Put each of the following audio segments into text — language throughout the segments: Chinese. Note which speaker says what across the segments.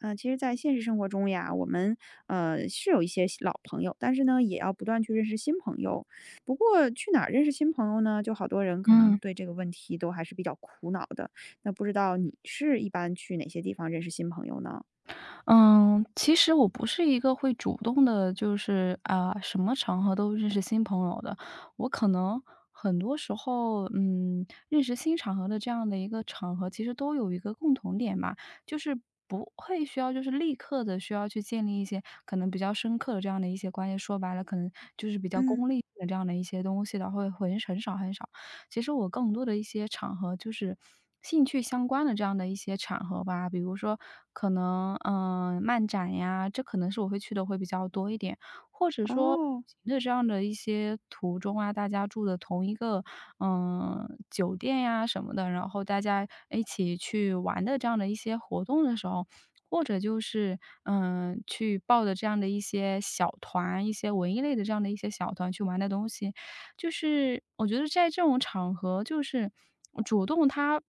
Speaker 1: 嗯，其实在现实生活中呀，我们是有一些新老朋友，但是呢，也要不断去认识新朋友。不过去哪儿认识新朋友呢？就好多人可能
Speaker 2: 嗯，
Speaker 1: 对这个问题都还是比较苦恼的。那不知道你是一般去哪些地方认识新朋友呢？
Speaker 2: 嗯，其实我不是一个会主动的，就是，啊，什么场合都认识新朋友的。我可能很多时候，嗯，认识新场合的这样的一个场合，其实都有一个共同点吧，就是不会需要就是立刻的需要去建立一些可能比较深刻的这样的一些关系。说白了，可能就是比较
Speaker 1: 嗯，
Speaker 2: 功利的这样的一些东西的，会很少很少。其实我更多的一些场合就是兴趣相关的这样的一些场合吧，比如说可能漫展呀，这可能是我会去的会比较多一点，或者说。
Speaker 1: 哦，
Speaker 2: 行的这样的一些途中啊，大家住的同一个酒店呀什么的，然后大家一起去玩的这样的一些活动的时候，或者就是去报的这样的一些小团，一些文艺类的这样的一些小团去玩的东西，就是我觉得在这种场合，就是主动它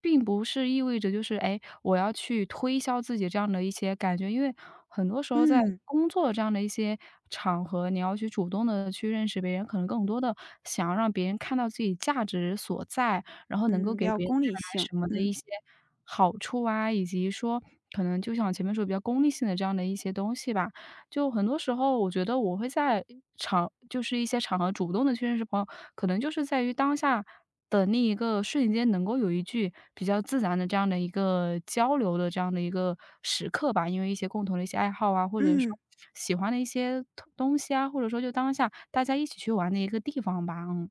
Speaker 2: 并不是意味着就是，哎，我要去推销自己这样的一些感觉。因为很多时候在
Speaker 1: 嗯
Speaker 2: 工作这样的一些场合，你要去主动的去认识别人，可能更多的想要让别人看到自己价值所在，然后能够
Speaker 1: 嗯，比
Speaker 2: 给
Speaker 1: 较
Speaker 2: 别人带
Speaker 1: 功利
Speaker 2: 来
Speaker 1: 性，
Speaker 2: 什么的一
Speaker 1: 嗯
Speaker 2: 些好处啊，以及说可能就像前面说比较功利性的这样的一些东西吧。就很多时候，我觉得我会在场就是一些场合主动的去认识朋友，可能就是在于当下的那一个瞬间，能够有一句比较自然的这样的一个交流的这样的一个时刻吧。因为一些共同的一些爱好啊，或者说
Speaker 1: 嗯。
Speaker 2: 喜欢的一些东西啊，或者说就当下大家一起去玩的一个地方吧，嗯。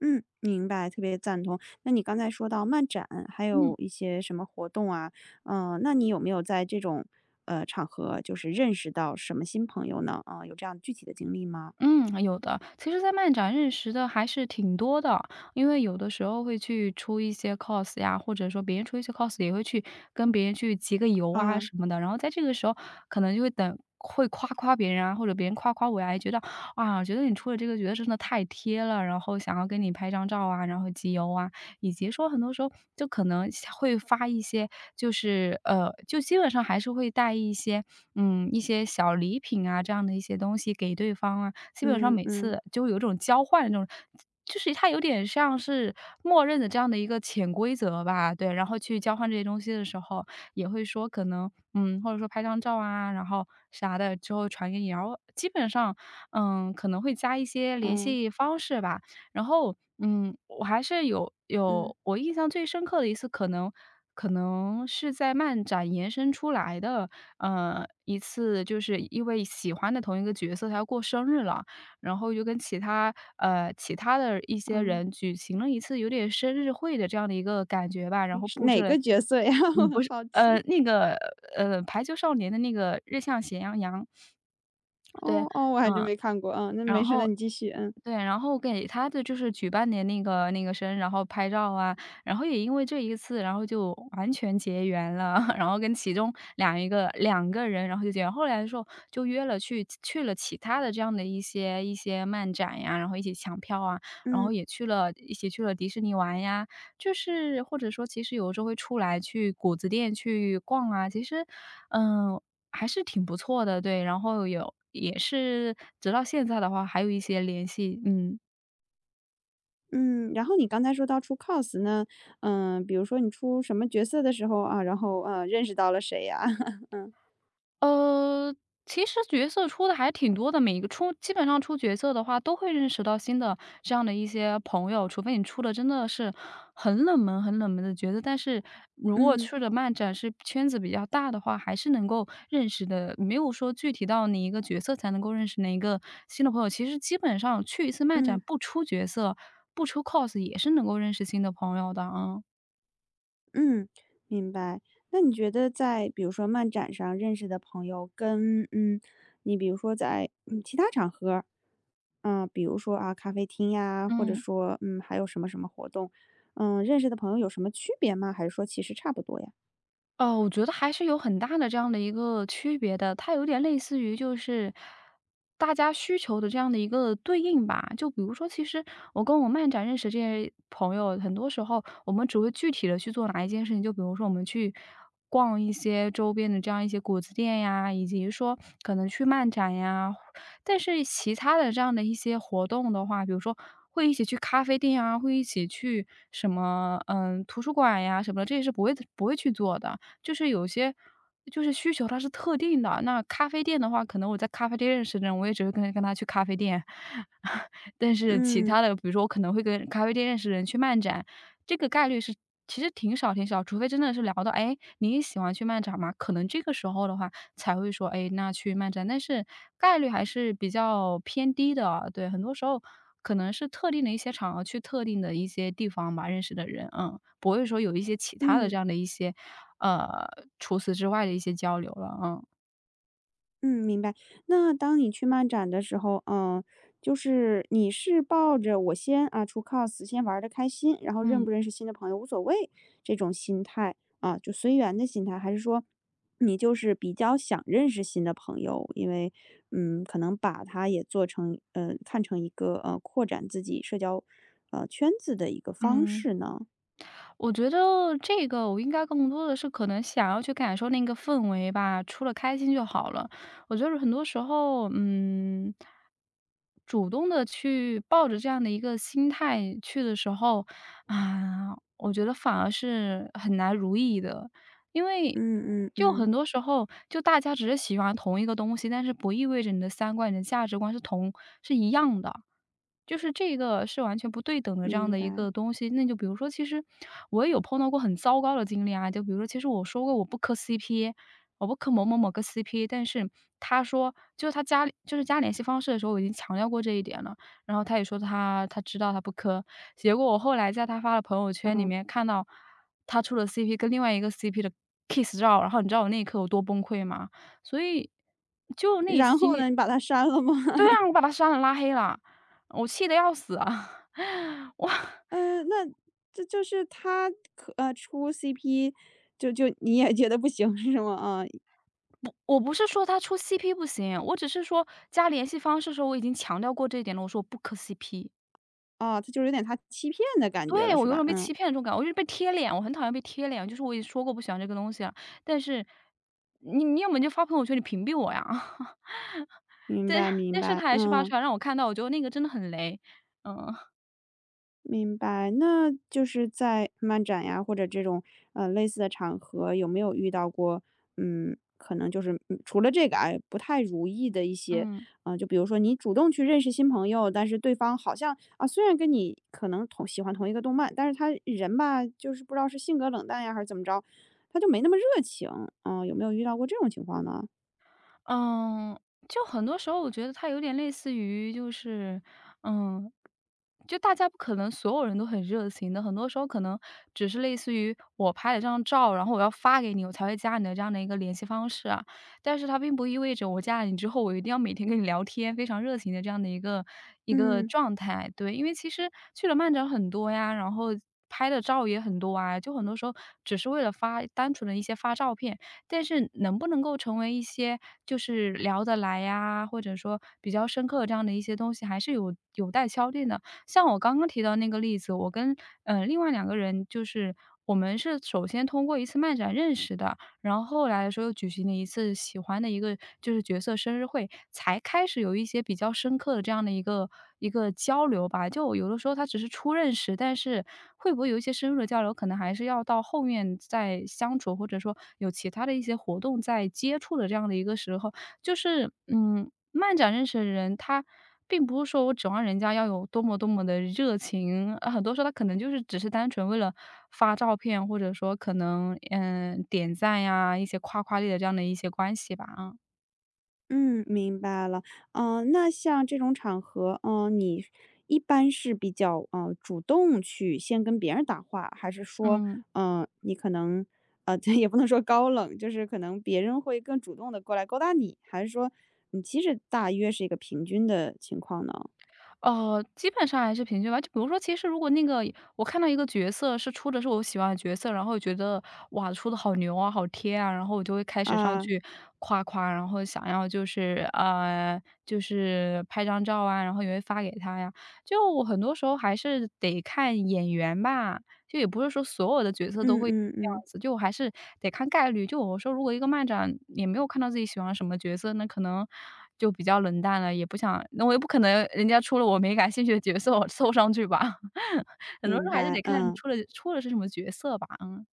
Speaker 1: 嗯，明白，特别赞同。那你刚才说到漫展，还
Speaker 2: 嗯。
Speaker 1: 有一些什么活动啊？嗯，那你有没有在这种场合，就是认识到什么新朋友呢？啊、有这样具体的经历吗？
Speaker 2: 嗯，有的。其实，在漫展认识的还是挺多的，因为有的时候会去出一些 cos 呀，或者说别人出一些 cos，也会去跟别人去集个邮啊
Speaker 1: 啊，
Speaker 2: 什么的。然后在这个时候，可能就会等会夸夸别人啊，或者别人夸夸我呀，也觉得啊，觉得你出的这个角色真的太贴了，然后想要跟你拍张照啊，然后集邮啊。以及说很多时候就可能下会发一些，就基本上还是会带一些，嗯，一些小礼品啊，这样的一些东西给对方啊。基本上
Speaker 1: 嗯
Speaker 2: 每
Speaker 1: 嗯
Speaker 2: 次就有一种交换的那种就是它有点像是默认的这样的一个潜规则吧，对。然后去交换这些东西的时候，也会说可能嗯，或者说拍张照啊，然后啥的之后传给你，然后基本上，嗯，可能会加一些联
Speaker 1: 嗯
Speaker 2: 系方式吧。然后，嗯，我还是有
Speaker 1: 嗯
Speaker 2: 有我印象最深刻的一次，可能是在漫展延伸出来的，一次就是因为喜欢的同一个角色，他要过生日了，然后就跟其他其他的一些
Speaker 1: 嗯，
Speaker 2: 人举行了一次有点生日会的这样的一个感觉吧，然
Speaker 1: 诶
Speaker 2: 后
Speaker 1: 是
Speaker 2: 布置
Speaker 1: 哪
Speaker 2: 了
Speaker 1: 个角色呀？我
Speaker 2: 嗯，
Speaker 1: 很
Speaker 2: 不是，
Speaker 1: 好
Speaker 2: 呃，
Speaker 1: 奇。
Speaker 2: 那个，排球少年的那个日向贤阳阳，对，
Speaker 1: 哦哦，我还真
Speaker 2: 嗯。
Speaker 1: 没看过。嗯，那没
Speaker 2: 然
Speaker 1: 事，
Speaker 2: 后
Speaker 1: 那你继续。嗯
Speaker 2: 对，然后给他的就是举办的那个生日，然后拍照啊，然后也因为这一次，然后就完全结缘了，然后跟其中两个人，然后就结缘。后来的时候就约了去了其他的这样的一些漫展呀，然后一起抢票啊，然后也去了一起去了迪士尼玩呀，就是或者说其实有时候会出来去谷子店去逛啊，其实，嗯、还是挺不错的，对。然后有也是直到现在的话，还有一些联系，嗯。
Speaker 1: 嗯，然后你刚才说到出 cos 呢，嗯、比如说你出什么角色的时候啊，然后认识到了谁呀？嗯
Speaker 2: 呃，其实角色出的还挺多的，每一个出基本上出角色的话，都会认识到新的这样的一些朋友，除非你出的真的是很冷门的角色，但是如果
Speaker 1: 嗯
Speaker 2: 去的漫展是圈子比较大的话，还是能够认识的，没有说具体到你一个角色才能够认识哪一个新的朋友。其实基本上去一次漫展
Speaker 1: 嗯。
Speaker 2: 不出角色、不出 cos 也是能够认识新的朋友的啊。
Speaker 1: 嗯，明白。那你觉得在比如说漫展上认识的朋友跟，嗯，你比如说在，嗯，其他场合，嗯，比如说啊咖啡厅呀，或者
Speaker 2: 嗯。
Speaker 1: 说，嗯，还有什么什么活动，嗯，认识的朋友有什么区别吗？还是说其实差不多呀？
Speaker 2: 哦，我觉得还是有很大的这样的一个区别的，它有点类似于就是大家需求的这样的一个对应吧。就比如说，其实我跟我漫展认识这些朋友，很多时候我们只会具体的去做哪一件事情，就比如说我们去逛一些周边的这样一些果子店呀，以及说可能去漫展呀，但是其他的这样的一些活动的话，比如说。会一起去咖啡店啊，会一起去什么嗯图书馆呀什么的，这些是不会去做的。就是有些就是需求它是特定的。那咖啡店的话，可能我在咖啡店认识的人，我也只会跟他去咖啡店。但是其
Speaker 1: 嗯
Speaker 2: 他的，比如说我可能会跟咖啡店认识的人去漫展，这个概率是其实挺少，除非真的是聊到，哎，你也喜欢去漫展吗？可能这个时候的话才会说，哎，那去漫展，但是概率还是比较偏低的啊对，很多时候可能是特定的一些场合，去特定的一些地方吧，认识的人，嗯，不会说有一些其他的这
Speaker 1: 嗯。
Speaker 2: 样的一些，呃，除此之外的一些交流了，嗯。
Speaker 1: 嗯，明白。那当你去漫展的时候，嗯，就是你是抱着我先啊出 cos，先玩的开心，然后认
Speaker 2: 嗯
Speaker 1: 不认识新的朋友无所谓这种心态啊，就随缘的心态，还是说你就是比较想认识新的朋友，因为嗯，可能把它也做成看成一个扩展自己社交圈子的一个方
Speaker 2: 嗯。
Speaker 1: 式呢？
Speaker 2: 我觉得这个我应该更多的是可能想要去感受那个氛围吧，除了开心就好了。我觉得很多时候，嗯，主动的去抱着这样的一个心态去的时候，啊，我觉得反而是很难如意的。因
Speaker 1: 嗯
Speaker 2: 为
Speaker 1: 嗯
Speaker 2: 就很
Speaker 1: 嗯，
Speaker 2: 多时候，就大家只是喜欢同一个东西，但是不意味着你的三观、你的价值观是一样的。就是这个是完全不对等的这样
Speaker 1: 明
Speaker 2: 的一
Speaker 1: 白。
Speaker 2: 个东西。那就比如说，其实我也有碰到过很糟糕的经历啊，就比如说，其实我说过我不磕 CP，我不磕某某某个 CP，但是他说就是加联系方式的时候，我已经强调过这一点了。然后他也说他知道他不磕，结果我后来在他发的朋友圈里
Speaker 1: 嗯，
Speaker 2: 面看到他出了 CP，跟另外一个 CP 的 kiss 照，然后你知道我那一刻有多崩溃吗？所以就那一次
Speaker 1: 然
Speaker 2: 经
Speaker 1: 后
Speaker 2: 历
Speaker 1: 呢，你把它删了吗？
Speaker 2: 对啊，我把他删了拉黑了，我气得要死啊！我
Speaker 1: 嗯，那这就是他出 CP，就你也觉得不行是吗？啊，
Speaker 2: 我不是说他出 CP 不行，我只是说加联系方式的时候我已经强调过这一点了，我说我不磕 CP。
Speaker 1: 啊，他就是有点他欺骗的感觉
Speaker 2: 对，
Speaker 1: 了
Speaker 2: 我
Speaker 1: 是
Speaker 2: 有
Speaker 1: 吧？
Speaker 2: 种被
Speaker 1: 嗯，
Speaker 2: 欺骗的这种感觉，我就是被贴脸，我很讨厌被贴脸，就是我也说过不喜欢这个东西了，但是你要么你就发朋友圈，你屏蔽我呀。
Speaker 1: 明
Speaker 2: 但
Speaker 1: 白明
Speaker 2: 但是他
Speaker 1: 白，
Speaker 2: 还是发出
Speaker 1: 嗯。
Speaker 2: 来让我看到，我觉得那个真的很雷，嗯，
Speaker 1: 明白，那就是在漫展呀，或者这种类似的场合，有没有遇到过，嗯，可能就是除了这个哎，不太如意的一些，
Speaker 2: 嗯。
Speaker 1: 嗯、就比如说你主动去认识新朋友，但是对方好像啊，虽然跟你可能同喜欢同一个动漫，但是他人吧，就是不知道是性格冷淡呀，还是怎么着，他就没那么热情，嗯、有没有遇到过这种情况呢？
Speaker 2: 嗯，就很多时候我觉得它有点类似于就是，嗯，就大家不可能所有人都很热情的，很多时候可能只是类似于我拍了张照，然后我要发给你，我才会加你的这样的一个联系方式啊。但是它并不意味着我加了你之后，我一定要每天跟你聊天，非常热情的这样的一个
Speaker 1: 嗯。
Speaker 2: 状态。对，因为其实去了漫展很多呀，然后。拍的照也很多啊，就很多时候只是为了发单纯的一些发照片，但是能不能够成为一些就是聊得来呀，或者说比较深刻这样的一些东西，还是有待敲定的。像我刚刚提到那个例子，我跟，呃，另外两个人就是我们是首先通过一次漫展认识的，然后后来的时候又举行了一次喜欢的一个就是角色生日会，才开始有一些比较深刻的这样的一个交流吧。就有的时候他只是初认识，但是会不会有一些深入的交流，可能还是要到后面再相处，或者说有其他的一些活动在接触的这样的一个时候，就是，嗯，漫展认识的人，他并不是说我指望人家要有多么多么的热情，呃，很多时候他可能就是只是单纯为了发照片，或者说可能，嗯，点赞呀，一些夸夸类的这样的一些关系吧，
Speaker 1: 嗯，明白了。嗯，那像这种场合，嗯，你一般是比较主动去先跟别人搭话，还是说，
Speaker 2: 嗯。
Speaker 1: 嗯、你可能这也不能说高冷，就是可能别人会更主动的过来勾搭你，还是说你其实大约是一个平均的情况呢？
Speaker 2: 呃，基本上还是平均吧。就比如说，其实如果那个我看到一个角色是出的是我喜欢的角色，然后觉得哇，出的好牛啊，好贴啊，然后我就会开始上
Speaker 1: 啊，
Speaker 2: 去夸夸，然后想要就是拍张照啊，然后也会发给他呀。就我很多时候还是得看演员吧，就也不是说所有的角色都
Speaker 1: 嗯
Speaker 2: 会这
Speaker 1: 嗯
Speaker 2: 样
Speaker 1: 嗯，
Speaker 2: 子，就还是得看概率。就我说如果一个漫展也没有看到自己喜欢什么角色，那可能就比较冷淡了，也不想那我也不可能人家出了我没感兴趣的角色我凑上去吧。很多时
Speaker 1: 明
Speaker 2: 候还是
Speaker 1: 白，
Speaker 2: 得看
Speaker 1: 嗯。
Speaker 2: 出了是什么角色吧，嗯，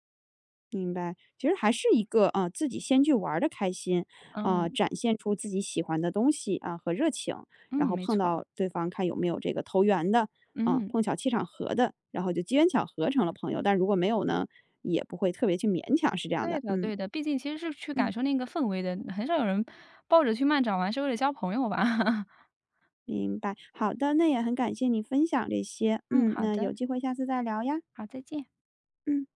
Speaker 1: 明白，其实还是一个啊、自己先去玩的开心，啊、
Speaker 2: 嗯，
Speaker 1: 展现出自己喜欢的东西啊、和热情，然
Speaker 2: 嗯，
Speaker 1: 后
Speaker 2: 没
Speaker 1: 碰
Speaker 2: 错，
Speaker 1: 到对方看有没有这个投缘的，啊、
Speaker 2: 嗯，
Speaker 1: 碰巧气场合的，然后就机缘巧合成了朋友。但如果没有呢，也不会特别去勉强，是这样
Speaker 2: 对
Speaker 1: 的。
Speaker 2: 的
Speaker 1: 嗯
Speaker 2: 对的，毕竟其实是去感
Speaker 1: 嗯，
Speaker 2: 受那个氛围的，很少有人抱着去漫展玩是为了交朋友吧。
Speaker 1: 明白。好的，那也很感谢你分享这些，
Speaker 2: 嗯，
Speaker 1: 嗯，
Speaker 2: 好
Speaker 1: 那
Speaker 2: 的，
Speaker 1: 有机会下次再聊呀。
Speaker 2: 好，再见。
Speaker 1: 嗯。